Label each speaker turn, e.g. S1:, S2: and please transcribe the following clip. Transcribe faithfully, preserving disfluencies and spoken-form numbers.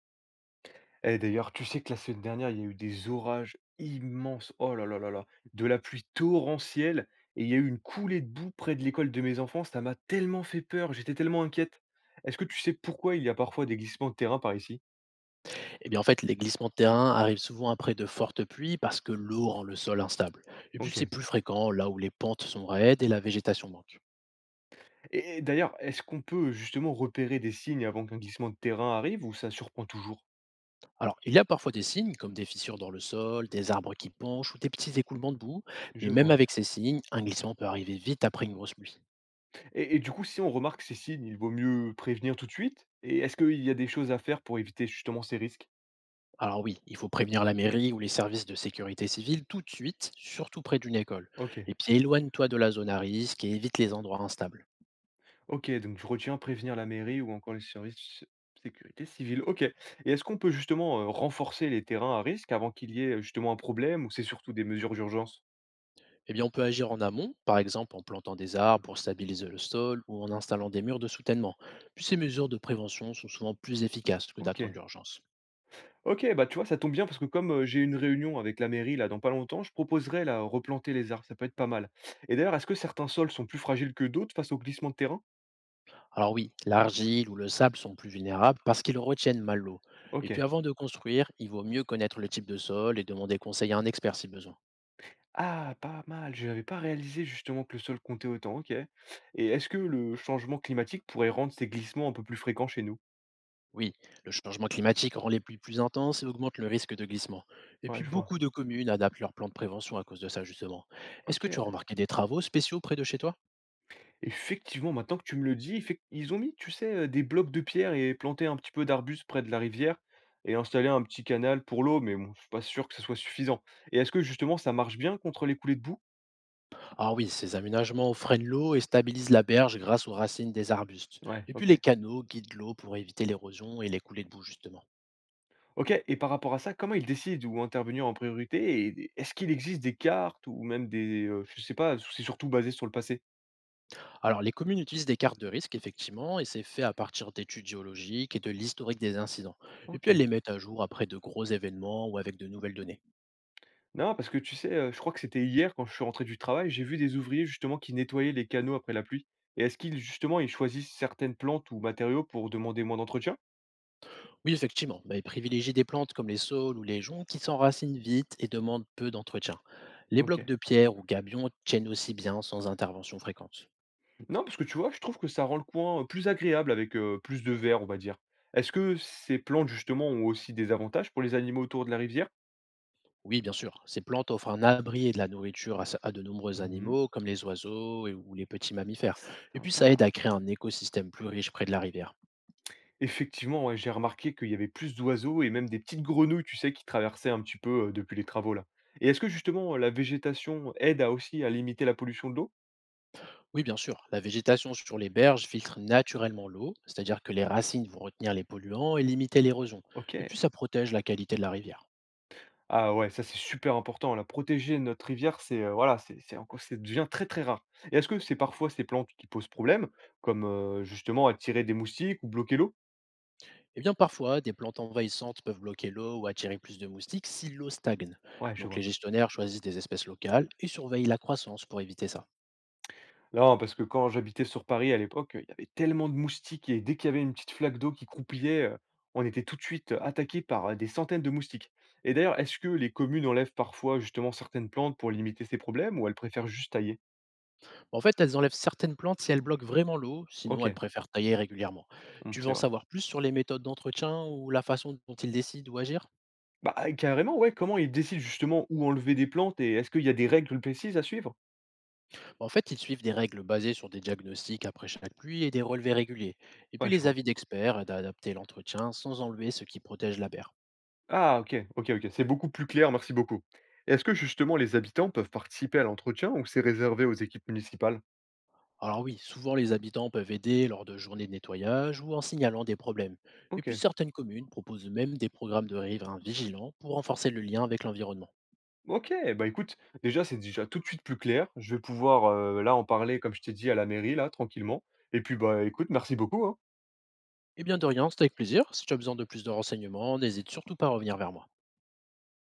S1: Eh d'ailleurs, tu sais que la semaine dernière, il y a eu des orages immenses. Oh là là là là, de la pluie torrentielle et il y a eu une coulée de boue près de l'école de mes enfants. Ça m'a tellement fait peur, j'étais tellement inquiète. Est-ce que tu sais pourquoi il y a parfois des glissements de terrain par ici?
S2: Eh bien, en fait, les glissements de terrain arrivent souvent après de fortes pluies parce que l'eau rend le sol instable. Et puis, c'est
S1: Ok.
S2: plus fréquent là où les pentes sont raides et la végétation manque.
S1: Et d'ailleurs, est-ce qu'on peut justement repérer des signes avant qu'un glissement de terrain arrive ou ça surprend toujours?
S2: Alors, il y a parfois des signes, comme des fissures dans le sol, des arbres qui penchent ou des petits écoulements de boue, mais
S1: Je
S2: même
S1: vois.
S2: avec ces signes, un glissement peut arriver vite après une grosse pluie.
S1: Et, et du coup, si on remarque ces signes, il vaut mieux prévenir tout de suite. Et est-ce qu'il y a des choses à faire pour éviter justement ces risques?
S2: Alors oui, il faut prévenir la mairie ou les services de sécurité civile tout de suite, surtout près d'une école.
S1: Ok.
S2: Et puis éloigne-toi de la zone à risque et évite les endroits instables.
S1: OK, donc je retiens prévenir la mairie ou encore les services de sécurité civile. OK. Et est-ce qu'on peut justement heu, renforcer les terrains à risque avant qu'il y ait, heu, justement un problème, ou c'est surtout des mesures d'urgence?
S2: Eh bien, on peut agir en amont, par exemple en plantant des arbres pour stabiliser le sol ou en installant des murs de soutènement. Puis ces mesures de prévention sont souvent plus efficaces que d'attendre
S1: OK.
S2: l'urgence.
S1: OK, bah, tu vois, ça tombe bien parce que comme, heu, j'ai une réunion avec la mairie là dans pas longtemps, je proposerais là, replanter les arbres, ça peut être pas mal. Et d'ailleurs, est-ce que certains sols sont plus fragiles que d'autres face aux glissements de terrain?
S2: Alors oui, l'argile ou le sable sont plus vulnérables parce qu'ils retiennent mal l'eau. Et puis
S1: OK.
S2: avant de construire, il vaut mieux connaître le type de sol et demander conseil à un expert si besoin.
S1: Ah, pas mal, je n'avais pas réalisé justement que le sol comptait autant, OK. Et est-ce que le changement climatique pourrait rendre ces glissements un peu plus fréquents chez nous?
S2: Oui, le changement climatique rend les pluies plus intenses et augmente le risque de glissement. Et puis
S1: Ouais, je vois.
S2: beaucoup de communes adaptent leur plan de prévention à cause de ça justement. Est-ce que tu
S1: OK.
S2: as remarqué des travaux spéciaux près de chez toi?
S1: Effectivement, maintenant que tu me le dis, effec- ils ont mis, tu sais, euh, des blocs de pierre et planté un petit peu d'arbustes près de la rivière et installé un petit canal pour l'eau, mais bon, je suis pas sûr que ce soit suffisant. Et est-ce que justement ça marche bien contre les coulées de boue?
S2: Ah oui, ces aménagements freinent l'eau et stabilisent la berge grâce aux racines des arbustes.
S1: Ouais,
S2: Et puis les
S1: ok.
S2: canaux guident l'eau pour éviter l'érosion et les coulées de boue justement.
S1: Ok, et par rapport à ça, comment ils décident où intervenir en priorité? Et est-ce qu'il existe des cartes ou même des. Euh, je sais pas, c'est surtout basé sur le passé?
S2: Alors, les communes utilisent des cartes de risque, effectivement, et c'est fait à partir d'études géologiques et de l'historique des incidents. Et puis,
S1: Ok.
S2: elles les mettent à jour après de gros événements ou avec de nouvelles données.
S1: Non, parce que tu sais, heu, je crois que c'était hier quand je suis rentré du travail, j'ai vu des ouvriers justement qui nettoyaient les canaux après la pluie. Et est-ce qu'ils justement, ils choisissent certaines plantes ou matériaux pour demander moins d'entretien?
S2: Oui, effectivement, bah, elles privilégient des plantes comme les saules ou les joncs qui s'enracinent vite et demandent peu d'entretien. Les blocs
S1: OK.
S2: de pierre ou gabions tiennent aussi bien sans intervention fréquente.
S1: Non, parce que tu vois, je trouve que ça rend le coin, heu, plus agréable avec, heu, plus de verre, on va dire. Est-ce que ces plantes justement ont aussi des avantages pour les animaux autour de la rivière?
S2: Oui, bien sûr. Ces plantes offrent un abri et de la nourriture à, ce- à de nombreux
S1: Mmh.
S2: animaux, comme les oiseaux et- ou les petits mammifères. Et puis,
S1: Sympa.
S2: ça aide à créer un écosystème plus riche près de la rivière.
S1: Effectivement, ouais, j'ai remarqué qu'il y avait plus d'oiseaux et même des petites grenouilles, tu sais, qui traversaient un petit peu, heu, depuis les travaux là. Et est-ce que justement, la végétation aide à aussi à limiter la pollution de l'eau?
S2: Oui, bien sûr. La végétation sur les berges filtre naturellement l'eau, c'est-à-dire que les racines vont retenir les polluants et limiter l'érosion. Et
S1: OK.
S2: puis ça protège la qualité de la rivière.
S1: Ah ouais, ça, c'est super important, hein. La protéger notre rivière, c'est, heu, voilà, c'est c'est encore, ça devient très, très rare. Et est-ce que c'est parfois ces plantes qui posent problème, comme, heu, justement attirer des moustiques ou bloquer l'eau?
S2: Eh bien, parfois, des plantes envahissantes peuvent bloquer l'eau ou attirer plus de moustiques si l'eau stagne.
S1: Ouais, je
S2: Donc les
S1: vois.
S2: gestionnaires choisissent des espèces locales et surveillent la croissance pour éviter ça.
S1: Non, parce que quand j'habitais sur Paris à l'époque, il y avait tellement de moustiques et dès qu'il y avait une petite flaque d'eau qui croupillait, heu, on était tout de suite euh, attaqué par, heu, des centaines de moustiques. Et d'ailleurs, est-ce que les communes enlèvent parfois justement certaines plantes pour limiter ces problèmes, ou elles préfèrent juste tailler?
S2: En fait, elles enlèvent certaines plantes si elles bloquent vraiment l'eau, sinon elles
S1: OK,
S2: préfèrent tailler régulièrement.
S1: mmh,
S2: Tu veux
S1: c'est
S2: en
S1: vrai.
S2: savoir plus sur les méthodes d'entretien ou la façon dont ils décident ou agir?
S1: Bah, ah, carrément, ouais. Comment ils décident justement où enlever des plantes, et est-ce qu'il y a des règles précises à suivre?
S2: Bah, En fait, ils suivent des règles basées sur des diagnostics après chaque pluie et des relevés réguliers. Et puis
S1: Ouais, je
S2: les
S1: vois.
S2: avis d'experts aident à adapter l'entretien sans enlever ce qui protège la berre.
S1: Ah OK, OK, OK, c'est beaucoup plus clair, merci beaucoup. Est-ce que justement les habitants peuvent participer à l'entretien ou c'est réservé aux équipes municipales?
S2: Alors oui, souvent les habitants peuvent aider lors de journées de nettoyage ou en signalant des problèmes. Et puis
S1: OK.
S2: certaines communes proposent même des programmes de riverains vigilants pour renforcer le lien avec l'environnement.
S1: OK, bah, écoute, déjà, c'est déjà tout de suite plus clair. Je vais pouvoir, heu, là, en parler, comme je t'ai dit, à la mairie, là, tranquillement, et puis, bah, écoute, merci beaucoup, hein.
S2: Eh bien, de rien, c'était avec plaisir. Si tu as besoin de plus de renseignements, n'hésite surtout pas à revenir vers moi.